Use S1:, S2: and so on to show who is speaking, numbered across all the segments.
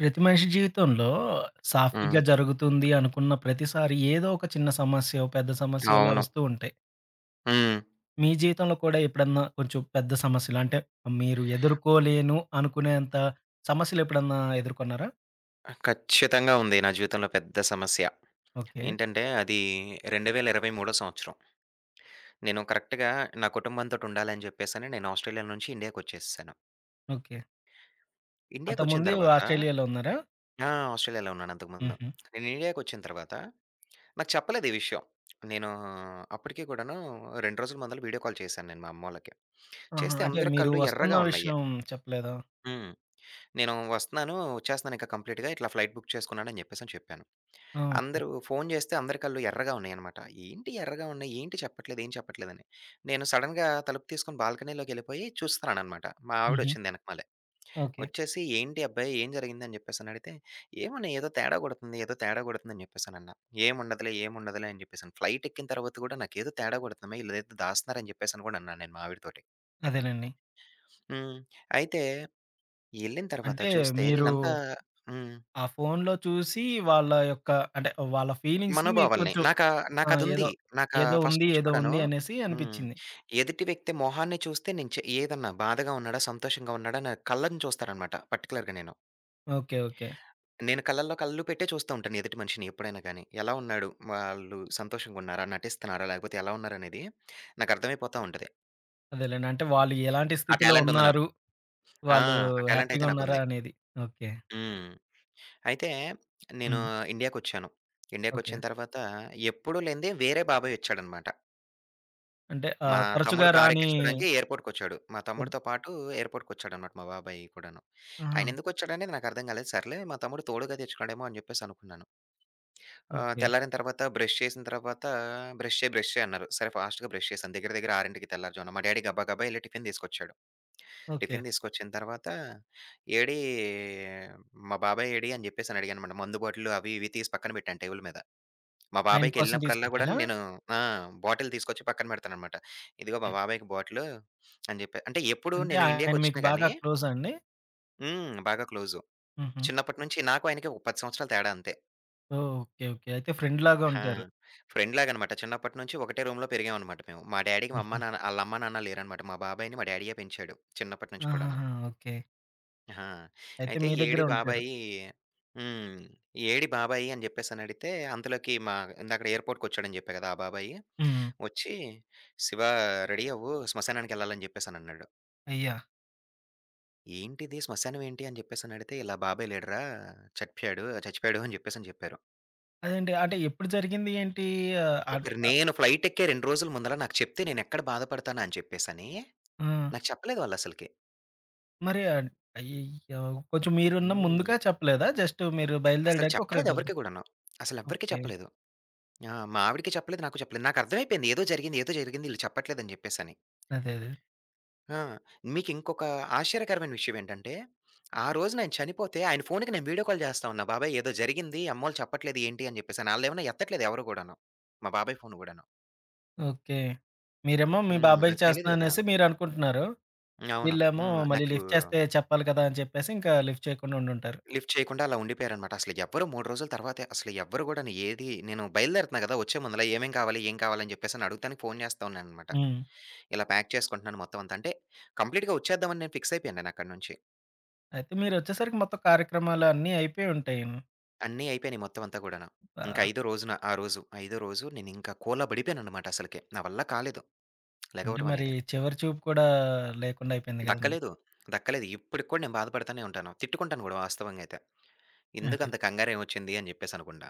S1: ప్రతి మనిషి జీవితంలో
S2: హ్మ్.
S1: సాఫీగా జరుగుతుంది అనుకున్న ప్రతిసారి ఏదో ఒక చిన్న సమస్యో, పెద్ద సమస్యో ఇలా
S2: అవును.
S1: వస్తూ ఉంటాయి.
S2: హ్మ్.
S1: మీ జీవితంలో కూడా ఎప్పుడన్నా కొంచెం పెద్ద సమస్యలు అంటే మీరు ఎదుర్కోలేను అనుకునేంత సమస్యలు ఎప్పుడన్నా ఎదుర్కొన్నారా?
S2: ఖచ్చితంగా ఉంది నా జీవితంలో పెద్ద సమస్య.
S1: ఓకే.
S2: ఏంటంటే అది 2023 సంవత్సరం. నేను కరెక్ట్‌గా నా కుటుంబంతోటి ఉండాలని జెప్పేసని నేను ఆస్ట్రేలియా నుంచి ఇండియాకొచ్చేసేసాను.
S1: ఓకే.
S2: ఇండియాకొచ్చిన
S1: అంతకుముందు
S2: తర్వాత
S1: ఆస్ట్రేలియాలో ఉన్నారా?
S2: ఆ! ఆస్ట్రేలియాలో ఉన్నాను అంతకుముందు.
S1: హుహు.
S2: నేను ఇండియాకొచ్చిన తర్వాత నాకు చెప్పలేదు ఈ విషయం. నేను అప్పటికి కూడాను 2 రోజుల మొదలు వీడియో కాల్ చేశాను నేను మా అమ్మోళ్ళకి.
S1: ఆహా!
S2: చేస్తే
S1: అంటే
S2: అందరి
S1: మీరు
S2: కళ్ళు ఎర్రగా
S1: వస్తున్న
S2: ఉన్నాయి.
S1: విషయం చెప్పలేదా?
S2: హ్మ్. నేను వస్తున్నాను, వచ్చేస్తున్నాను ఇంక కంప్లీట్‌గా ఇట్లా ఫ్లైట్ బుక్ చేసుకున్నాను అని జెప్పేసని చెప్పాను.
S1: ఆ! ఓకే.
S2: అందరూ ఫోను జేస్తే అందరి కళ్ళు ఎర్రగా ఉన్నాయనమాట. ఏంటి ఎర్రగా ఉన్నాయి? ఏంటి చెప్పట్లేదు? ఏం చెప్పట్లేదని. నేను సడెన్‌గా తలుపు తీసుకొని బాల్కనీలోకెళ్ళిపోయి చూస్తున్నాననమాట. మా
S1: హుహు.
S2: ఆవిడొచ్చింది వెనకమాలే.
S1: ఓకే.
S2: వచ్చేసి, "ఏంటి అబ్బాయి ఏం జరిగిందని" జెప్పేసనడిగితే, "ఏమోనే ఏదో తేడా కొడుతుంది. ఏదో తేడా కొడుతుందని" జెప్పేసనన్నా. "ఏముండదులే, ఏముండదులే" అని జెప్పేసాను. ఫ్లైటెక్కిన తర్వాత గూడా నాకేదో తేడా కొడుతుందమ్మ ఈళ్ళేదో దాస్తున్నారని జెప్పేసని గూడా అన్నాను నేను మా ఆవిడతోటి.
S1: అదేలెండి.
S2: హ్మ్. అయితే, యెళ్ళిన తర్వాత
S1: అంటే
S2: చూస్తే
S1: మీరు
S2: నేనంతా హ్మ్.
S1: ఆ ఫోనులో చూసి వాళ్ళ యొక్క అంటే వాళ్ళ ఫీలింగ్స్‌ని మీకు
S2: మనోభావాల్ని.
S1: కొంచెం
S2: నాకా
S1: ఆ!
S2: నాకదుంది.
S1: ఏదో,
S2: నాకా
S1: ఏదో
S2: ఫస్ట్
S1: ఉంది,
S2: నుంచి
S1: ఏదో
S2: కూడాను
S1: ఉంది అనేసి
S2: హ్మ్.
S1: అనిపిచ్చింది.
S2: ఎదుటి వ్యక్తి మొహాన్ని చూస్తే నేను చె ఏదన్నా బాధగా ఉన్నాడా, సంతోషంగా ఉన్నాడా నా కళ్ళని చూస్తాననమాట పర్టిక్యులర్‌గా నేను.
S1: ఓకే. ఓకే.
S2: నేను కళ్ళల్లో కళ్ళు పెట్టే చూస్తా ఉంటాను ఎదుటి మనిషిని ఎప్పుడైనా గానీ. ఎలా ఉన్నాడు, వాళ్ళు సంతోషంగున్నారా, నటిస్తున్నారా, లేకపోతే ఎలా ఉన్నారనేది నాకర్థమైపోతా ఉంటది.
S1: అదేలెండి. అంటే వాళ్ళు ఎలాంటి
S2: ఆ
S1: స్థితిలో
S2: టాలెంటుంది
S1: ఉన్నారు,
S2: నాకు. ఆ!
S1: వాళ్ళు
S2: ఆ టాలెంటయితే
S1: హ్యాపీగా ఉన్నారా
S2: నాకుంది.
S1: అనేది. ఓకే.
S2: హ్మ్. అయితే నేను
S1: హ్మ్.
S2: ఇండియాకొచ్చాను.
S1: ఓకే.
S2: ఇండియాకొచ్చిన తర్వాత ఎప్పుడూ లేనిదే వేరే బాబాయొచ్చాడనమాట.
S1: అంటే
S2: మా
S1: ఆహ్, తరచుగా
S2: తమ్ముడు
S1: రాని
S2: కారెక్కించుకోడానికి ఎయిర్‌పోర్ట్‌కొచ్చాడు. మా
S1: పెద్
S2: తమ్ముడితో పాటు ఎయిర్‌పోర్ట్‌కొచ్చాడనమాట మా బాబాయ్ కూడాను.
S1: ఆహా!
S2: ఆయనెందుకొచ్చాడనేది నాకర్థం కాలేదు. సర్లే మా తమ్ముడు తోడుగా తెచ్చుకున్నాడేమో అని జెప్పేసనుకున్నాను.
S1: ఓకే.
S2: తెల్లారిన తర్వాత బ్రష్ చేసిన తర్వాత బ్రష్ చేయి అన్నారు. సరే ఫాస్ట్‌గా బ్రష్ చేశాను. దగ్గర దగ్గర 6కి తెల్లారిజామున. మా డ్యాడీ గబా గబా ఎళ్లి టిఫిన్ తీసుకొచ్చాడు.
S1: ఓకే.
S2: టిఫిన్ తీసుకొచ్చిన తర్వాత "ఏడి మా బాబాయ్ ఏడి?" అని జెప్పేసని అడిగాననమాట. మందు బాటిల్లు అవి ఇవి తీసి పక్కన పెట్టాను టేబుల్ మీద. మా
S1: ఆయన కోసం
S2: బాబాయ్‌కెళ్ళినప్పుడల్లా గూడాను
S1: తీసుకొచ్చారా?
S2: నేను ఆ! బాటిల్ తీసుకొచ్చి పక్కన పెడతాననమాట. ఇదిగో మా
S1: ఓకే.
S2: బాబాయ్‌కి బాటిలు అని జెప్పి. అంటే ఎప్పుడు
S1: అంటే
S2: నేను
S1: ఆయన మీకు
S2: ఇండియాకొచ్చినా
S1: బాగా
S2: గాని
S1: క్లోజా అండి?
S2: హ్మ్. బాగా క్లోజు.
S1: హుహు.
S2: చిన్నప్పటి నుంచి నాకు ఆయనకి ఒక 10 సంవత్సరాల తేడా అంతే.
S1: ఓహ్! ఓకే. ఓకే. అయితే ఫ్రెండ్‌లాగా
S2: ఆ!
S1: ఉంటారు.
S2: ఫ్రెండ్‌లాగనమాట. చిన్నప్పటి నుంచి ఒకటే రూమ్‌లో పెరిగామనమాట మేము. మా డ్యాడీకి మా
S1: హుహు.
S2: అమ్మ, నాన్న ఆళ్ళ అమ్మ, నాన్న లేరనమాట. మా బాబాయిని మా డ్యాడీయే పెంచాడు. చిన్నప్పటి నుంచి కూడాను.
S1: ఆహాహా! ఓకే.
S2: ఆ!
S1: అయితే
S2: అయితే
S1: మీ
S2: ఏడి
S1: దగ్గరే ఉంటారు.
S2: బాబాయి హ్మ్. ఏడి బాబాయి అని జెప్పేసనడిగితే అంతలోకి మా ఇందాకడ ఎయిర్‌పోర్ట్‌కొచ్చాడని జెప్పా గదా! ఆ బాబాయి.
S1: హ్మ్.
S2: వచ్చి "శివా రెడీ అవ్వు శ్మశానానికెళ్ళాలని" జెప్పేసనన్నాడు.
S1: అయ్యా!
S2: "ఏంటిది శ్మశానం ఏంటి?" అని జెప్పేసనడిగితే, "ఇలా బాబాయ్ లేడురా చచ్చిపోయాడు చచ్చిపోయాడు" అని జెప్పేసని జెప్పారు.
S1: అదేంటి అంటే ఎప్పుడు జరిగింది ఏంటి? ఆహ్, అంటే
S2: ఒకరు
S1: ఆ!
S2: నేను ఫ్లైటెక్కే 2 రోజుల ముందల నాకు చెప్తే నేనెక్కడ బాధపడతానా అని చెప్పేసని,
S1: ఆ!
S2: నాకు చెప్పలేదు వాళ్ళసలకి.
S1: మరి అయ్యయ్యో! కొంచెం మీరున్న
S2: హ్మ్.
S1: ముందుగా చెప్పలేదా? జస్ట్ మీరు
S2: అసలు
S1: బయలుదేరడానికి ఒక
S2: చెప్పలేదు
S1: 2 రోజులు.
S2: ఎవరికీ గూడాను. అసలెవ్వరికీ
S1: ఓకే.
S2: చెప్పలేదు. ఆ! మా ఆవిడకి చెప్పలేదు, నాకు చెప్పలేదు. నాకర్థమైపోయింది ఏదో జరిగింది, ఈళ్ళు చెప్పట్లేదని జెప్పేసని.
S1: అదే. అదే.
S2: ఆ! మీకింకొక ఆశ్చర్యకరమైన విషయమేంటంటే, ఆ రోజున ఆయన చనిపోతే ఆయన ఫోన్‌కి నేను వీడియో కాల్ చేస్తా ఉన్నా. బాబాయ్ ఏదో జరిగింది. అమ్మోళ్ళు చెప్పట్లేదు ఏంటి అని చెప్పేసని. ఆళ్ళేమన్నా ఎత్తట్లేదు ఎవరు గూడాను. మా బాబాయ్ ఫోన్ గూడాను.
S1: ఓకే. మీరేమో మీ
S2: హ్మ్.
S1: బాబాయికి
S2: నాకు తెలీదు
S1: చేస్తున్నా
S2: గదా!
S1: అనేసి మీరనుకుంటున్నారు.
S2: అవును.
S1: వీళ్ళేమో
S2: హ్మ్.
S1: మళ్ళీ లిఫ్ట్ చేస్తే చెప్పాలి కదా! అని చెప్పేసి ఇంకా లిఫ్ట్ చేయకుండా ఉండుంటారు.
S2: లిఫ్ట్ చేయకుండా అలా ఉండిపోయారనమాట. అసలు ఎవ్వరు 3 రోజుల తర్వాతే అసలు ఎవ్వరు గూడాను ఏది నేను బయలుదేరుతున్నా గదా! వచ్చే ముందుల ఏమేం కావాలి? ఏం కావాలి? అని చెప్పేసని అడుగుతానికి ఫోన్ చేస్తా ఉన్నాననమాట.
S1: హ్మ్.
S2: ఇలా ప్యాక్ చేసుకుంటున్నాను మొత్తం అంతా. అంటే కంప్లీట్‌గా వచ్చేద్దామని నేను ఫిక్స్ అయిపోయాను నేనక్కడి నుంచి.
S1: అయితే మీరొచ్చేసరికి మొత్తం కార్యక్రమాలు అన్నీ అయిపోయి ఉంటాయి.
S2: అన్నీ అయిపోయినాయి మొత్తం అంతా కూడాను. ఇంకా
S1: ఆ!
S2: ఐదో రోజున ఆ రోజు, ఐదో రోజు నేనింకా కోలాబడిపోయాననమాట అసలకే. నా వల్ల కాలేదు
S1: అంటే
S2: లెగవడం
S1: మరి
S2: అనేది.
S1: చివరి చూపు కూడా లేకుండా అయిపోయింది కదండీ!
S2: దక్కలేదు, దక్కలేదు. ఇప్పటికి కూడా నేను బాధపడతానే ఉంటాను. తిట్టుకుంటాను గూడా వాస్తవంగా అయితే.
S1: అదే.
S2: ఎందుకంత కంగారేమొచ్చింది అని జెప్పేసనుకుంటా.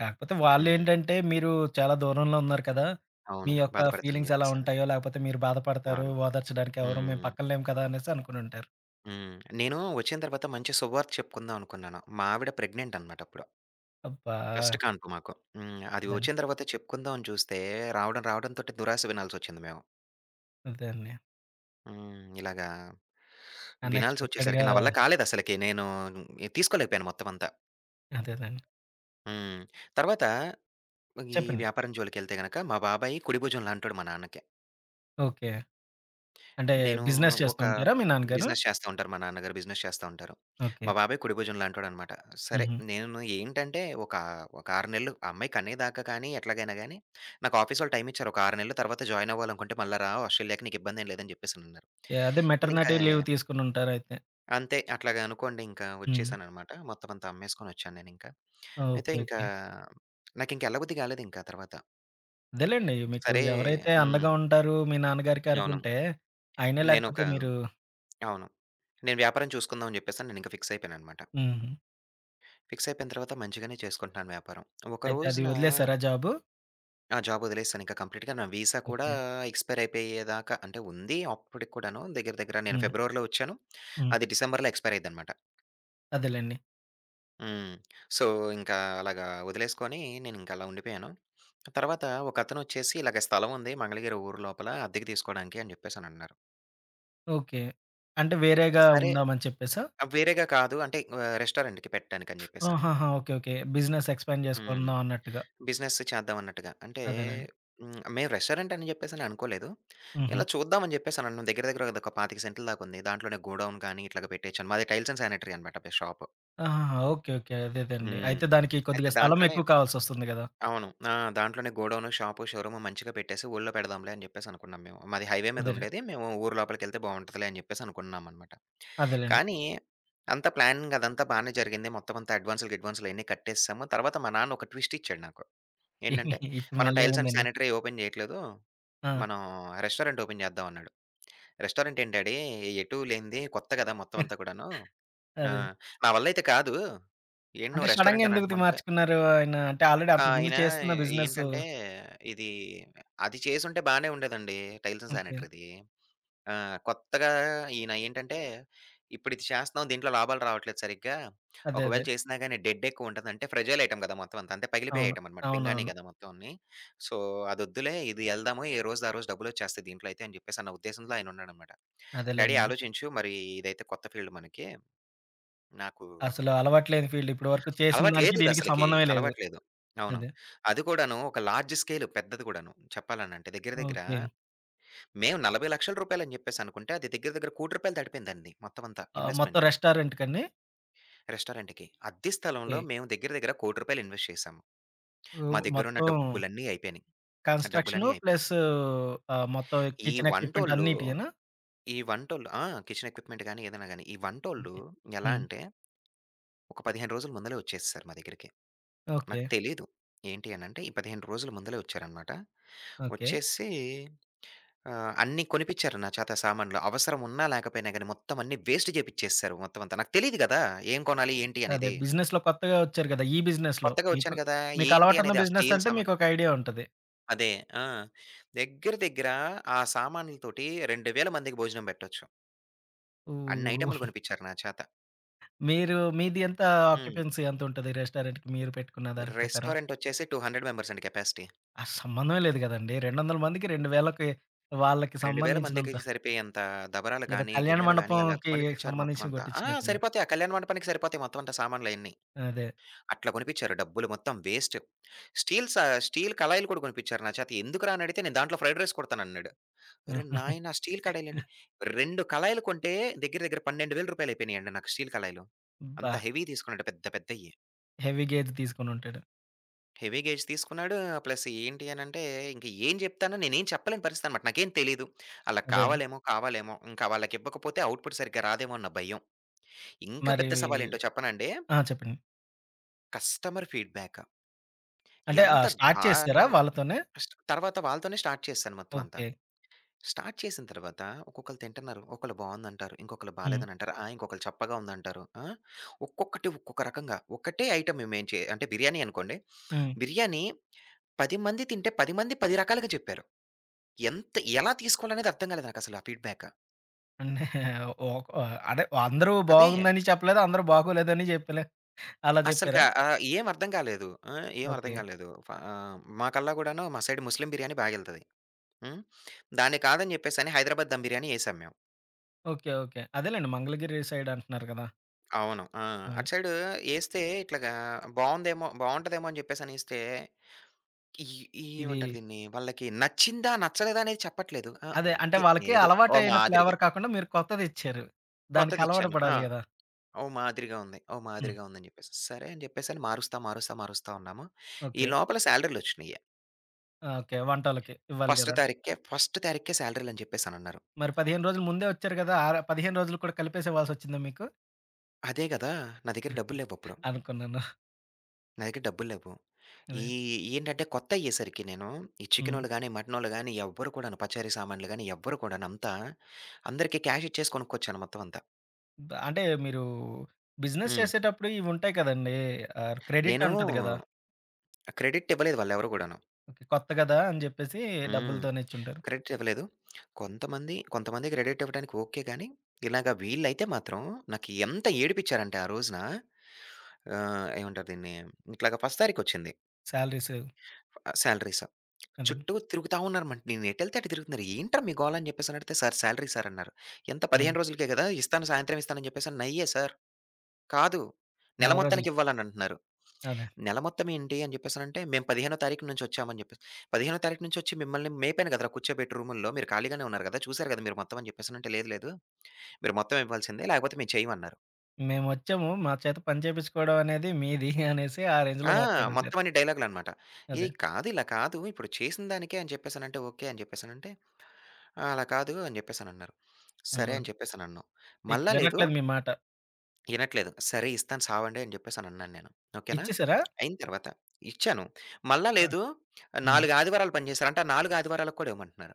S1: కాకపోతే
S2: హ్మ్.
S1: వాళ్ళేంటంటే మీరు చాలా దూరంలో ఉన్నారు కదా! మీ
S2: అవును.
S1: యొక్క
S2: బాధపడతానని
S1: ఫీలింగ్స్ ఎలా
S2: జెప్పేసని.
S1: ఉంటాయో, లేకపోతే మీరు బాధపడతారు,
S2: అవును.
S1: ఓదార్చడానికి ఎవరు మేము
S2: హ్మ్.
S1: పక్కన లేము కదా! అనేసి అనుకునుంటారు.
S2: హ్మ్. నేను వచ్చిన తర్వాత మంచి శుభవార్త చెప్పుకుందాం అనుకున్నాను. మా ఆవిడ ప్రెగ్నెంట్ అనమాట అప్పుడు.
S1: అబ్బా!
S2: ఫస్ట్ కాన్పు మాకు. హ్మ్. అది
S1: అదండి.
S2: వచ్చిన తర్వాత చెప్పుకుందాం అని చూస్తే రావడం రావడంతోటి దురాశ వినాల్సొచ్చింది మేము.
S1: అదే అండి.
S2: హ్మ్. ఇలాగా వినాల్సొచ్చేసరికి
S1: అన్‌ఎక్స్‌పెక్టెడ్‌గా
S2: నా వల్ల కాలేదసలకి. నేను తీసుకోలేకపోయాను మొత్తం అంతా.
S1: అదేనండి.
S2: హ్మ్. తర్వాత ఈ
S1: చెప్పండి.
S2: వ్యాపారం జోలికెళ్తే గనక మా బాబాయి కుడి భుజం లాంటోడు మా నాన్నకి.
S1: ఓకే. అంటే
S2: నేను
S1: బిజినెస్ చేస్తూ
S2: ఒక
S1: ఉంటారా మీ నాన్నగారు?
S2: బిజినెస్ చేస్తా ఉంటారు. మా నాన్నగారు బిజినెస్ చేస్తా ఉంటారు.
S1: ఓకే.
S2: మా బాబాయ్ కుడి భుజం లాంటోడనమాట. సరే
S1: హుహు.
S2: నేను ఏంటంటే ఒక 6 నెలలు ఆ అమ్మాయి కనేదాకా కానీ ఎట్లాగైనా గానీ నాకు ఆఫీసోళ్ళు టైమ్ ఇచ్చారు. ఒక 6 నెలలు తర్వాత జాయిన్ అవ్వాలనుకుంటే మళ్ళా రా ఆస్ట్రేలియాకి నీకిబ్బందేం లేదని చెప్పేసనన్నారు.
S1: యాహ్! అదే
S2: నేనింకా
S1: మెటర్నిటీ లీవ్ తీసుకొనుంటారయితే.
S2: అంతే అట్లాగా అనుకోండి ఇంకా
S1: హ్మ్.
S2: వచ్చేసాననమాట. మొత్తం అంతా అమ్మేసుకొనొచ్చాను నేనింక. అయితే
S1: ఓకే.
S2: ఇంకా
S1: ఓకే.
S2: నాకింక ఎళ్ళబుద్ధి కాలేదింకా తర్వాత.
S1: అదేలెండి. మీకు
S2: సరే
S1: ఎవరైతే
S2: హ్మ్.
S1: అండగా ఉంటారు మీ నాన్నగారికి
S2: అవును.
S1: అనుకుంటే, ఆయనే
S2: నేనొక
S1: లేకపోతే మీరు
S2: అవును. నేను వ్యాపారం చూసుకుందాం అని చెప్పేసని నేనింక ఫిక్స్ అయిపోయాననమాట.
S1: హ్మ్.
S2: ఫిక్స్ అయిపోయిన తర్వాత మంచిగానే చేసుకుంటున్నాను వ్యాపారం. ఒక
S1: అయితే అది
S2: రోజున
S1: వదిలేసారా జాబు?
S2: ఆ జాబ్ వదిలేసానింక కంప్లీట్‌గా. నా వీసా కూడా
S1: ఓకే.
S2: ఎక్స్‌పైర్ అయిపోయేదాకా అంటే ఉంది అప్పటికి కూడాను దగ్గర దగ్గర నేను
S1: హ్మ్.
S2: ఫిబ్రవరిలో వచ్చాను.
S1: హ్మ్.
S2: అది డిసెంబర్‌లో ఎక్స్‌పైర్ అయ్యిద్దనమాట.
S1: అదేలెండి.
S2: హ్మ్. సో, ఇంకా అలాగా వదిలేసుకొని నేనింక అలా ఉండిపోయాను. తర్వాత ఒకతనొచ్చేసి ఇలాగ స్థలముంది మంగళగిరి ఊరు లోపల అద్దెకి తీసుకోడానికి అని జెప్పేసనన్నారు.
S1: ఓకే. అంటే వేరేగా
S2: సరే
S1: ఉందామని చెప్పేసా?
S2: వేరేగా కాదు అంటే రెస్టారెంట్‌కి పెట్టడానికని జెప్పేసని.
S1: ఆహాహా! ఓకే. ఓకే. బిజినెస్ ఎక్స్‌పాండ్
S2: హ్మ్.
S1: చేసుకుందాం అన్నట్టుగా.
S2: బిజినెస్ చేద్దాం అన్నట్టుగా. అంటే
S1: అదేలెండి.
S2: హ్మ్. మేము రెస్టారెంట్ అని జెప్పేసని అనుకోలేదు.
S1: హుహు.
S2: ఇలా చూద్దాం అని జెప్పేసనన్నాం. దగ్గర దగ్గర అదొక 25000 సెంట్ల దాకుంది. దాంట్లోనే గోడౌన్ కానీ ఇట్లాగ పెట్టేయొచ్చని. మాది టైల్స్ అండ్ శానిటరీ అనమాట షాపు.
S1: ఆహాహా! ఓకే. ఓకే. అదేదండి.
S2: హ్మ్.
S1: అయితే దానికి
S2: అయితే
S1: కొద్దిగా స్థలం
S2: దాంట్లోనే
S1: ఎక్కువ కావాల్సొస్తుంది గదా!
S2: అవును. ఆ! దాంట్లోనే గోడౌను, షాపు, షోరూము మంచిగా పెట్టేసి ఊర్లో పెడదాంలే అని జెప్పేసి అనుకున్నాం మేము. మాది హైవే
S1: అదేలెండి.
S2: మీదుండేది. మేము ఊరు లోపలికెళ్తే బావుంటదిలే అని జెప్పేసి అనుకున్నామనమాట.
S1: అదేలెండి.
S2: కానీ అంతా ప్లానింగ్ అదంతా బానే జరిగింది. మొత్తం అంతా అడ్వాన్సులు, గిడ్వాన్సులు అయన్నీ కట్టేసేసాము. తర్వాత మా నాన్న ఒక ట్విస్ట్ ఇచ్చాడు నాకు. ఏంటంటే,
S1: ఇప్పుడు
S2: "మనం
S1: మళ్ళీ
S2: టైల్స్ అండ్
S1: ఏముందండి.
S2: శానిటరీ ఓపెన్ జేయట్లేదు.
S1: ఆ!
S2: మనం రెస్టారెంట్ ఓపెన్ జేద్దాం" అన్నాడు. "రెస్టారెంట్ ఏంటి డాడీ? ఎటూ లేనిది కొత్త గదా! మొత్తం అంతా కూడాను. ఆ!
S1: అదే.
S2: నా వల్ల అయితే కాదు. ఏంటి
S1: అంటే
S2: నువ్వు
S1: సడెన్‌గా
S2: రెస్టారెంట్ అని
S1: ఎందుకు
S2: అంటున్నావు?"
S1: మార్చుకున్నారు ఆయన? అంటే ఆల్రెడీ అంతకుముందు
S2: ఆయన
S1: చేస్తున్న బిజినెస్
S2: ఏంటంటే, ఇది అది చేసుంటే బానే ఉండేదండి. Tiles and
S1: okay.
S2: శానిటరీది. ఆ! కొత్తగా ఈయన ఏంటంటే, ఇప్పుడు ఇది చేస్తున్నాం దీంట్లో లాభాలు రావట్లేదు సరిగ్గా.
S1: అదే.
S2: ఒకవేళ
S1: అదే.
S2: చేసినా గాని డెడ్ ఎక్కువుంటది. అంటే ఫ్రెజైల్ ఐటెమ్ కదా! మొత్తం అంతా. అంటే పగిలిపోయే
S1: అవును.
S2: ఐటెమ్ అనమాట. పింగాణీ
S1: అవునవును.
S2: కదా! మొత్తం అన్నీ. సో, అదొద్దులే ఇది యెళ్దాము. ఏ రోజుది ఆ రోజు డబ్బులొచ్చేస్తాయి దీంట్లో అయితే అని చెప్పేసి అన్న ఉద్దేశంలో ఆయనున్నాడనమాట. డాడీ
S1: అదేలెండి.
S2: ఆలోచించు మరి ఇదైతే కొత్త ఫీల్డ్ మనకి. నాకు
S1: అసలు అలవాటు లేని ఫీల్డ్. ఇప్పటి వరకు చేసిన
S2: అలవాటు
S1: దానికి దీనికి
S2: లేదిదసలకి.
S1: సంబంధమే లేదు.
S2: అలవాటు లేదు. అవును.
S1: అదే.
S2: అది కూడాను ఒక లార్జ్ స్కేల్ పెద్దది కూడాను. చెప్పాలనంటే దగ్గర దగ్గర
S1: ఓకే.
S2: మేము రూ. 40,00,000 అని చెప్పేసి అనుకుంటే అది దగ్గర దగ్గర రూ. 1,00,00,000 దాటిపోయిందండి మొత్తం అంతా
S1: ఆ! మొత్తం
S2: ఇన్వెస్ట్‌మెంట్
S1: రెస్టారెంట్ కండి?
S2: రెస్టారెంట్‌కి. అద్దె స్థలంలో
S1: ఓకే.
S2: మేము దగ్గర దగ్గర రూ. 1,00,00,000 ఇన్వెస్ట్ చేశాము. మా
S1: హ్మ్.
S2: దగ్గరున్న
S1: మొత్తం
S2: డబ్బులన్నీ అయిపోయినాయి. ఆ
S1: కన్‌స్ట్రక్షను
S2: డబ్బులన్నీ అయిపోయినాయి.
S1: ప్లస్ ఆహ్, మొత్తం
S2: ఈ
S1: కిచెన్ ఎక్విప్‌మెంట్
S2: వంటోళ్ళు,
S1: అన్నిటియేనా?
S2: ఈ వంటోళ్ళు, ఆ! కిచెన్ ఎక్విప్‌మెంట్ గాని ఏదైనా గాని, ఈ వంటోళ్ళు
S1: ఓకే.
S2: ఎలా
S1: హ్మ్.
S2: అంటే ఒక 15 రోజుల ముందలే వచ్చేసేసారు మా దగ్గరికి.
S1: ఓకే.
S2: నాకు తెలీదు. ఏంటి అనంటే, ఈ 15 రోజుల ముందలే వచ్చారనమాట.
S1: ఓకే.
S2: వచ్చేసి అన్నీ కొనిపిచ్చారు నా చేత సామాన్లు. అవసరం ఉన్నా లేకపోయినా గాని మొత్తం అన్నీ వేస్ట్ చేపిచ్చేసేసారు మొత్తం అంతా. నాకు తెలీదు గదా! ఏం కొనాలి? ఏంటి
S1: అదే
S2: అనేది?
S1: బిజినెస్‌లో కొత్తగా వచ్చారు కదా! ఈ బిజినెస్‌లో
S2: కొత్తగా
S1: మీకు
S2: వచ్చాను గదా!
S1: మీకు
S2: ఏంటి
S1: అలవాటున్న
S2: అనేది ఆ
S1: బిజినెస్
S2: స్టీల్
S1: అంటే
S2: సామాను
S1: మీకొక ఐడియా ఉంటది.
S2: అదే. ఆ! దగ్గర దగ్గర ఆ సామాన్లతోటి 2,000 మందికి భోజనం పెట్టొచ్చు. అన్ని
S1: ఓహ్!
S2: ఐటెమ్‌లు కొనిపిచ్చారు నా చేత.
S1: మీరు మీది ఎంత
S2: హ్మ్.
S1: ఆక్యుపెన్సీ ఎంతుంటది రెస్టారెంట్‌కి మీరు పెట్టుకున్న దాని ప్రకారం?
S2: రెస్టారెంటొచ్చేసి 200 మెంబర్స్ అండి కెపాసిటీ.
S1: ఆ! సంబంధమే లేదు కదండీ. 200 మందికి 2000కి వాళ్ళకి
S2: 2,000 మందికి
S1: సంబంధించినంత
S2: సరిపోయేంత దబరాలు
S1: ఏదో
S2: గాని,
S1: కళ్యాణ
S2: గిన్నెలు గాని అలా
S1: మండపంకి
S2: కొనిపిచ్చారు మొత్తం
S1: సంబంధించినవి
S2: అంతా. ఆ!
S1: కొట్టించినట్టున్నారు.
S2: సరిపోతాయి. ఆ కళ్యాణ మండపానికి సరిపోతాయి మొత్తం అంతా సామాన్లయన్నీ.
S1: అదే.
S2: అట్లా కొనిపిచ్చారు. డబ్బులు మొత్తం వేస్ట్. స్టీల్ స స్టీల్ కళాయిలు కూడా కొనిపిచ్చారు నా చేత. ఎందుకురా అని అడిగితే నేను దాంట్లో ఫ్రైడ్ రైస్ కొడతానన్నాడు. ఒరే
S1: హ్మ్.
S2: నాయనా! స్టీల్ కడాయిలేంటి? 2 కళాయిలు కొంటే దగ్గర దగ్గర రూ. 12,000 అయిపోయినాయండి నాకు స్టీల్ కళాయిలు.
S1: అబ్బా!
S2: అంత హెవీ తీసుకున్నాడు పెద్ద పెద్దయి.
S1: హెవీ గేజ్ తీసుకొనుంటాడు.
S2: హెవీ గేజ్ తీసుకున్నాడు. ప్లస్ ఏంటి అనంటే, ఇంక ఏం జెప్తానో నేనేం చెప్పలేని పరిస్థితనమాట. నాకేం తెలీదు. ఆళ్ళకి
S1: అదే. అండి.
S2: కావాలేమో, కావాలేమో. ఇంకా వాళ్ళకివ్వకపోతే అవుట్‌పుట్ సరిగ్గా రాదేమో అన్న భయం. ఇంకా
S1: మరి
S2: పెద్ద సవాలేంటో చెప్పనండి?
S1: ఆ! చెప్పండి.
S2: Customer feedback.
S1: అంటే
S2: ఎంత
S1: ఆహ్, స్టార్ట్ చేసారా
S2: దారుణం
S1: వాళ్ళతోనే?
S2: ఫస్ట్ తర్వాత వాళ్ళతోనే స్టార్ట్ చేశాను మొత్తం అంతా.
S1: ఓకే.
S2: స్టార్ట్ చేసిన తర్వాత ఒక్కొక్కళ్ళు తింటున్నారు. ఒకళ్ళు బావుందంటారు. ఇంకొకళ్ళు
S1: హ్మ్.
S2: బాలేదనంటారు. ఆ! ఇంకొకళ్ళు చప్పగా ఉందంటారు. ఆ! ఒక్కొక్కటి ఒక్కొక్క రకంగా. ఒకటే ఐటెమ్ మేము ఏం చే అంటే బిర్యానీ అనుకోండి.
S1: హ్మ్.
S2: బిర్యానీ 10 మంది తింటే 10 మంది 10 రకాలుగా చెప్పారు. ఎంత ఎలా తీసుకోవాలనేది అర్థం కాలేదు నాకసలు ఆ ఫీడ్‌బ్యాక్.
S1: అంటే ఒక అదే అందరూ
S2: అదే
S1: బాగుందని చెప్పలేదు. అందరూ బాగోలేదని చెప్పలే. అలా చెప్పారా?
S2: అస్సలకా ఏం అర్థం కాలేదు. ఆ! ఏం అర్థం
S1: ఓకే.
S2: కాలేదు. మాకల్లా గూడాను మా సైడ్ ముస్లిం బిర్యానీ బాగెళ్తది. హ్మ్. దాన్ని కాదని చెప్పేసని హైదరాబాద్ దమ్ బిర్యానీ ఏసాం మేము.
S1: ఓకే. ఓకే. అదేలెండి మంగళగిరి సైడ్ అంటున్నారు కదా!
S2: అవును. ఆ!
S1: అదే.
S2: అటు సైడు ఏస్తే ఇట్లాగా బావుందేమో బావుంటదేమో అని చెప్పేసనేస్తే ఈ
S1: ఇది
S2: ఏమంటారు దీన్ని? వాళ్ళకి నచ్చిందా? నచ్చలేదా? అనేది చెప్పట్లేదు. ఆ!
S1: అదే అంటే
S2: ఓకే.
S1: వాళ్ళకి
S2: ఏదో ఓ
S1: అలవాటైన ఫ్లేవర్
S2: మాదిరిగా
S1: కాకుండా మీరు కొత్తదిచ్చారు. దానికి అలవాటు
S2: కొత్తదిచ్చాను. ఆ!
S1: పడాలి గదా!
S2: ఓ మాదిరిగా ఉంది. ఓ
S1: హ్మ్.
S2: మాదిరిగా ఉందని జెప్పేసి. సరే అని జెప్పేసని మారుస్తా ఉన్నాము. ఈ
S1: ఓకే.
S2: లోపల శాలరీలొచ్చినియి.
S1: ఆ! ఓకే. వంటోళ్ళకి ఇవ్వాలి
S2: ఫస్ట్
S1: గదా!
S2: తారీఖే ఫస్ట్ తారీఖే శాలరీలని జెప్పేసనన్నారు.
S1: మరి 15 రోజులు ముందే వచ్చారు గదా! ఆ 15 రోజులు కూడా కలిపేసేవాల్సొచ్చిందా మీకు?
S2: అదే గదా! నా దగ్గర డబ్బుల్లేవప్పుడు.
S1: అనుకున్నాను.
S2: నా దగ్గర డబ్బుల్లేవు. ఈ
S1: అదే.
S2: ఏంటంటే కొత్తయ్యేసరికి నేను ఈ
S1: హ్మ్.
S2: చికెనోళ్ళు గాని, మటనోళ్ళు గాని ఎవ్వరు కూడాను పచారీ సామాన్లు గాని ఎవ్వరు కూడాను అంతా అందరికి క్యాష్ ఇచ్చేసి కొనుక్కొచ్చాను మొత్తం అంతా.
S1: అంటే మీరు బిజినెస్
S2: హ్మ్.
S1: చేసేటప్పుడు ఇవుంటాయి కదండీ! ఆహ్, క్రెడిట్
S2: నేను
S1: అంటది గదా!
S2: క్రెడిట్ ఇవ్వలేదు వాళ్ళెవరు గూడాను.
S1: ఓకే. కొత్త గదా! అని జెప్పేసి
S2: హ్మ్.
S1: డబ్బులతోనే ఇచ్చుంటారు.
S2: క్రెడిట్ ఇవ్వలేదు. కొంతమంది కొంతమంది క్రెడిట్ ఇవ్వడానికి ఓకే గానీ, ఇలాగ వీళ్ళైతే మాత్రం నాకు ఎంత ఏడిపిచ్చారంటే ఆ రోజున ఏమంటారు దీన్ని? ఇట్లాగ ఫస్ట్ తారీఖొచ్చింది
S1: సాలరీస్
S2: శాలరీస్.
S1: అదే.
S2: చుట్టూ తిరుగుతా ఉన్నారనమాట. నేను ఎటెళ్తే అటు తిరుగుతున్నారు. ఏంట్రా మీ గోల అని చెప్పేసి అని అడిగితే, "సార్ శాలరీ సార్" అన్నారు. ఎంత
S1: హ్మ్.
S2: 15 రోజులకే కదా! ఇస్తాను సాయంత్రం ఇస్తానని చెప్పేసాను. "నయ్యే సార్." "కాదు. నెల
S1: నెల
S2: మొత్తానికి
S1: రోజులకి.
S2: ఇవ్వాలని" అంటున్నారు.
S1: అదే.
S2: నెల మొత్తం ఏంటి అని చెప్పేసనంటే, మేము 15 తారీఖు నుంచి వచ్చామని చెప్పేసి 15 తారీఖు నుంచి వచ్చి మిమ్మల్ని మేపాను కదరా! కూర్చోబెట్టి రూముల్లో. మీరు ఖాళీగానే ఉన్నారు కదా! చూసారు కదా మీరు మొత్తం అని చెప్పేసనంటే, లేదు లేదు. మీరు మొత్తం ఇవ్వాల్సిందే. లేకపోతే మేము చేయమన్నారు.
S1: మేమొచ్చాము. మా చేత పని చేపించుకోవడం అనేది మీది అనేసి ఆ రేంజ్‌లో
S2: ఆ!
S1: మాట్లాడుంటారు.
S2: మొత్తం అన్ని డైలాగులనమాట.
S1: అదే.
S2: ఇది కాదు, ఇలా కాదు. ఇప్పుడు చేసిన దానికే అని చెప్పేసనంటే, ఓకే. అని చెప్పేసనంటే, "అలా కాదు" అని చెప్పేసనన్నారు. సరే
S1: అబ్బా!
S2: అని చెప్పేసనన్నాం.
S1: ఇక
S2: మళ్ళా లేదు
S1: వినట్లేదు మీ మాట.
S2: ఇనట్లేదు. సరే ఇస్తాను సావండి అని జెప్పేసనన్నాను నేను. ఓకేనా?
S1: ఇచ్చేసారా?
S2: అయిన తర్వాత ఇచ్చాను. మళ్ళా
S1: ఆ!
S2: లేదు
S1: హ్మ్.
S2: 4 ఆదివారాలు పనిజేశారు. అంటే ఆ 4 ఆదివారాలకు కూడా ఇవ్వమంటున్నారు.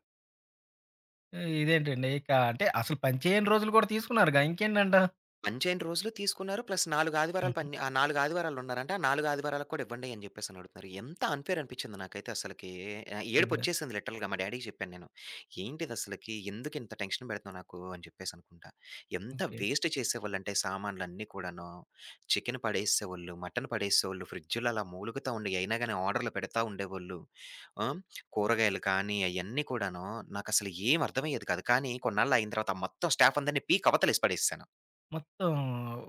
S1: ఇదేంటండి ఇక అంటే అసలు పని చేయని రోజులు గూడా తీసుకున్నారుగా ఇంకేంటంట?
S2: 15 రోజులు తీసుకున్నారు. ప్లస్ 4 ఆదివారాలు
S1: హుహు.
S2: పని ఆ 4 ఆదివారాలున్నారు. అంటే ఆ 4 ఆదివారాలకు కూడా ఇవ్వండి అని జెప్పేసని అడుగుతున్నారు. ఎంత అన్‌ఫెయిర్ అనిపించిందో నాకైతే అసలకి
S1: అదే.
S2: ఏడుపొచ్చేసింది లిటరల్‌గా మా డ్యాడీకి చెప్పాను నేను. ఏంటిదసలకి ఎందుకింత టెన్షన్ పెడుతున్నావు నాకు అని చెప్పేసనుకుంటా. ఎంత
S1: ఓకే.
S2: వేస్ట్ చేసేవాళ్ళంటే సామాన్లన్నీ కూడాను. చికెన్ పడేసేవాళ్ళు, మటన్ పడేసేవాళ్ళు, ఫ్రిడ్జ్‌లో అలా మూలుగుతా ఉండేయి. అయినా గాని ఆర్డర్‌లు పెడతా ఉండేవోళ్ళు. ఆ! కూరగాయలు కానీ అయన్నీ కూడాను నాకసలు ఏమి అర్థమయ్యేది కాదు. కానీ కొన్నాళ్ళు ఆగిన తర్వాత ఆ మొత్తం స్టాఫ్ అందరిని పీకి అవతలేసి పడేసేసాను.
S1: మొత్తం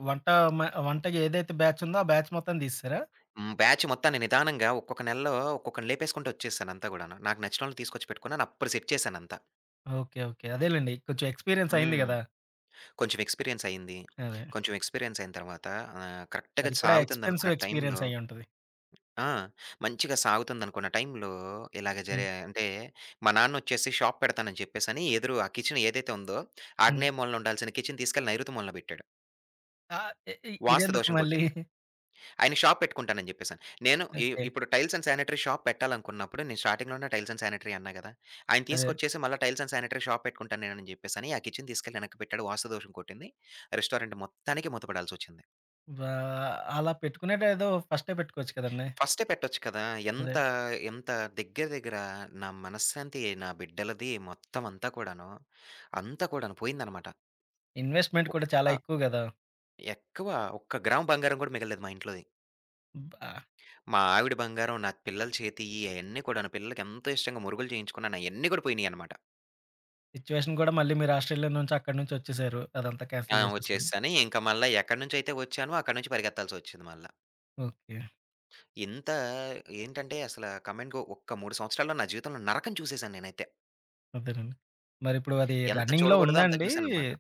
S1: వంట మ వంటకి ఏదైతే బ్యాచ్ ఉందో, ఆ బ్యాచ్ మొత్తాన్ని తీసేసారా?
S2: హ్మ్. బ్యాచ్ మొత్తాన్ని నిదానంగా ఒక్కొక్క నెలలో ఒక్కొక్కడిని లేపేసుకుంటూ వచ్చేసానంతా గూడాను. నాకు నచ్చినోళ్ళని తీసుకొచ్చి పెట్టుకున్నాను. అప్పుడు సెట్ చేశానంతా.
S1: ఓకే. ఓకే. అదేలెండి. కొంచెం ఎక్స్‌పీరియన్స్ అయింది
S2: హ్మ్.
S1: గదా!
S2: కొంచెం ఎక్స్‌పీరియన్స్ అయింది.
S1: అదే.
S2: కొంచెం ఎక్స్‌పీరియన్స్ అయిన తర్వాత కరెక్ట్‌గా
S1: అది కూడా
S2: సాగుతుందనుకున్న
S1: ఎక్స్‌పెన్సివ్
S2: టైంలో
S1: ఎక్స్‌పీరియన్స్ అయ్యుంటది.
S2: ఆ! మంచిగా సాగుతుందనుకున్న టైంలో ఇలాగ జరే
S1: హ్మ్.
S2: అంటే మా నాన్నొచ్చేసి షాప్ పెడతానని చెప్పేసని ఎదురు ఆ కిచెన్ ఏదైతే ఉందో
S1: హ్మ్.
S2: ఆగ్నేయ మూలన ఉండాల్సిన కిచెన్ తీసుకెళ్ళి నైరుతి మూలన పెట్టాడు.
S1: ఆ! ఇ ఇ
S2: వాస్తు
S1: ఇదెందుకు
S2: దోషం
S1: మళ్ళీ?
S2: కొట్టింది. ఆయనకి షాప్ పెట్టుకుంటానని జెప్పేసని. నేను ఇ
S1: ఓకే.
S2: ఇప్పుడు టైల్స్ అండ్ శానిటరీ షాప్ పెట్టాలనుకున్నప్పుడు నేను స్టార్టింగ్‌లోనే టైల్స్ అండ్ శానిటరీ అన్నా గదా! ఆయన
S1: అదే.
S2: తీసుకొచ్చేసి మళ్ళా టైల్స్ అండ్ శానిటరీ షాప్ పెట్టుకుంటాను నేనని జెప్పేసని ఆ కిచెన్ తీసుకెళ్ళి వెనక్కి పెట్టాడు. వాస్తుదోషం కొట్టింది. రెస్టారెంట్ మొత్తానికి మూతపడాల్సొచ్చింది.
S1: వా అలా పెట్టుకునేటేదో ఫస్టే పెట్టుకోవచ్చు కదండీ.
S2: ఫస్టే పెట్టొచ్చు కదా!
S1: అదే.
S2: ఎంత ఎంత దగ్గర దగ్గర నా మనశ్శాంతి, నా బిడ్డలది మొత్తం అంతా కూడాను, అంతా కూడాను పోయిందనమాట.
S1: ఇన్వెస్ట్‌మెంట్ కూడా చాలా
S2: ఒక్క
S1: ఎక్కువ గదా!
S2: ఎక్కువ ఒక్క గ్రాము బంగారం గూడా మిగలలేదు మా ఇంట్లోది.
S1: బా
S2: మా ఆవిడ బంగారం, నా పిల్లల చేతియ్యి అయన్నీ కూడాను పిల్లలకెంతో ఇష్టంగా మురుగులు చేయించుకున్నాను. అయన్నీ గూడా పోయినియనమాట.
S1: సిట్యుయేషన్ కూడా మళ్ళీ మీరు ఆస్ట్రేలియా నుంచి, అక్కడి నుంచి వచ్చేసారు. అదంతా
S2: ఆ!
S1: క్యాన్సెల్ చేసేసుకొని.
S2: వచ్చేసాని ఇంక మళ్ళా ఎక్కడినుంచైతే వచ్చానో అక్కడి నుంచి పరిగెత్తాల్సొచ్చింది మళ్ళా.
S1: ఓకే.
S2: ఇంత ఏంటంటే అసల కమెంట్‌గో ఒక్క 3 సంవత్సరాల్లో నా జీవితంలో నరకం చూసేసాను నేనైతే.
S1: అదేనండి. మరిప్పుడు అది
S2: ఎంత
S1: రన్నింగ్‌లో
S2: చూడగూడదో
S1: ఉందా
S2: అంత
S1: అండి?
S2: చూసాననమాట.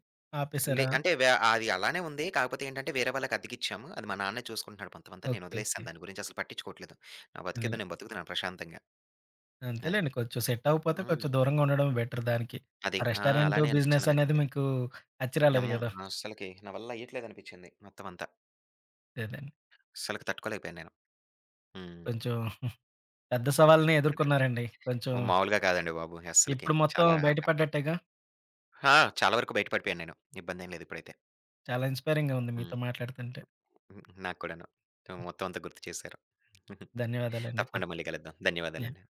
S2: లే
S1: ఆపేసారా?
S2: అంటే వ్య అది అలానే ఉంది. కాకపోతే ఏంటంటే వేరే వాళ్ళకి అద్దెకిచ్చాము. అది మా నాన్నే చూసుకుంటున్నాడు కొంతమంతా. నేను
S1: ఓకే. ఓకే.
S2: వదిలేసాను దాని గురించి అసలు పట్టించుకోవట్లేదు. నా బతికేదో
S1: అదేలే.
S2: నేను బతుకుతున్నాను ప్రశాంతంగా. అది.
S1: అంతేలేండి. కొంచెం సెట్ అవ్వకపోతే కొంచెం
S2: హ్మ్.
S1: దూరంగా ఉండడం బెటర్ దానికి.
S2: అది.
S1: ఆ
S2: ఆ!
S1: రెస్టారెంట్
S2: అలానే
S1: బిజినెస్
S2: అనిపిచ్చింది నాకు.
S1: అనేది మీకు అచ్చి రాలేదు
S2: అమ్మో!
S1: గదా!
S2: అస్సలకి నా వల్ల అయ్యట్లేదనిపించింది మొత్తం అంతా.
S1: అదేనండి.
S2: అస్సలకి తట్టుకోలేకపోయాను నేను. హ్మ్.
S1: కొంచెం పెద్ద సవాల్‌నే
S2: అది.
S1: ఎదుర్కొన్నారండి. కొంచెం
S2: మామూలుగా కాదండి బాబు అస్సలకి.
S1: ఇప్పుడు మొత్తం
S2: చాలా టఫ్.
S1: బయటపడ్డట్టేగా!
S2: ఆ! చాలా వరకు బయట పడిపోయాను నేను. ఇబ్బందేం లేదు ఇప్పుడైతే.
S1: చాలా ఇన్స్పైరింగ్‌గా ఉంది
S2: హ్మ్.
S1: మీతో మాట్లాడుతుంటే.
S2: నాకు కూడాను. మొత్తం అంతా గుర్తు చేశారు.
S1: ధన్యవాదాలండి.
S2: తప్పకుండా మళ్ళీ కలుద్దాం.
S1: యాహ్!
S2: ధన్యవాదాలండి.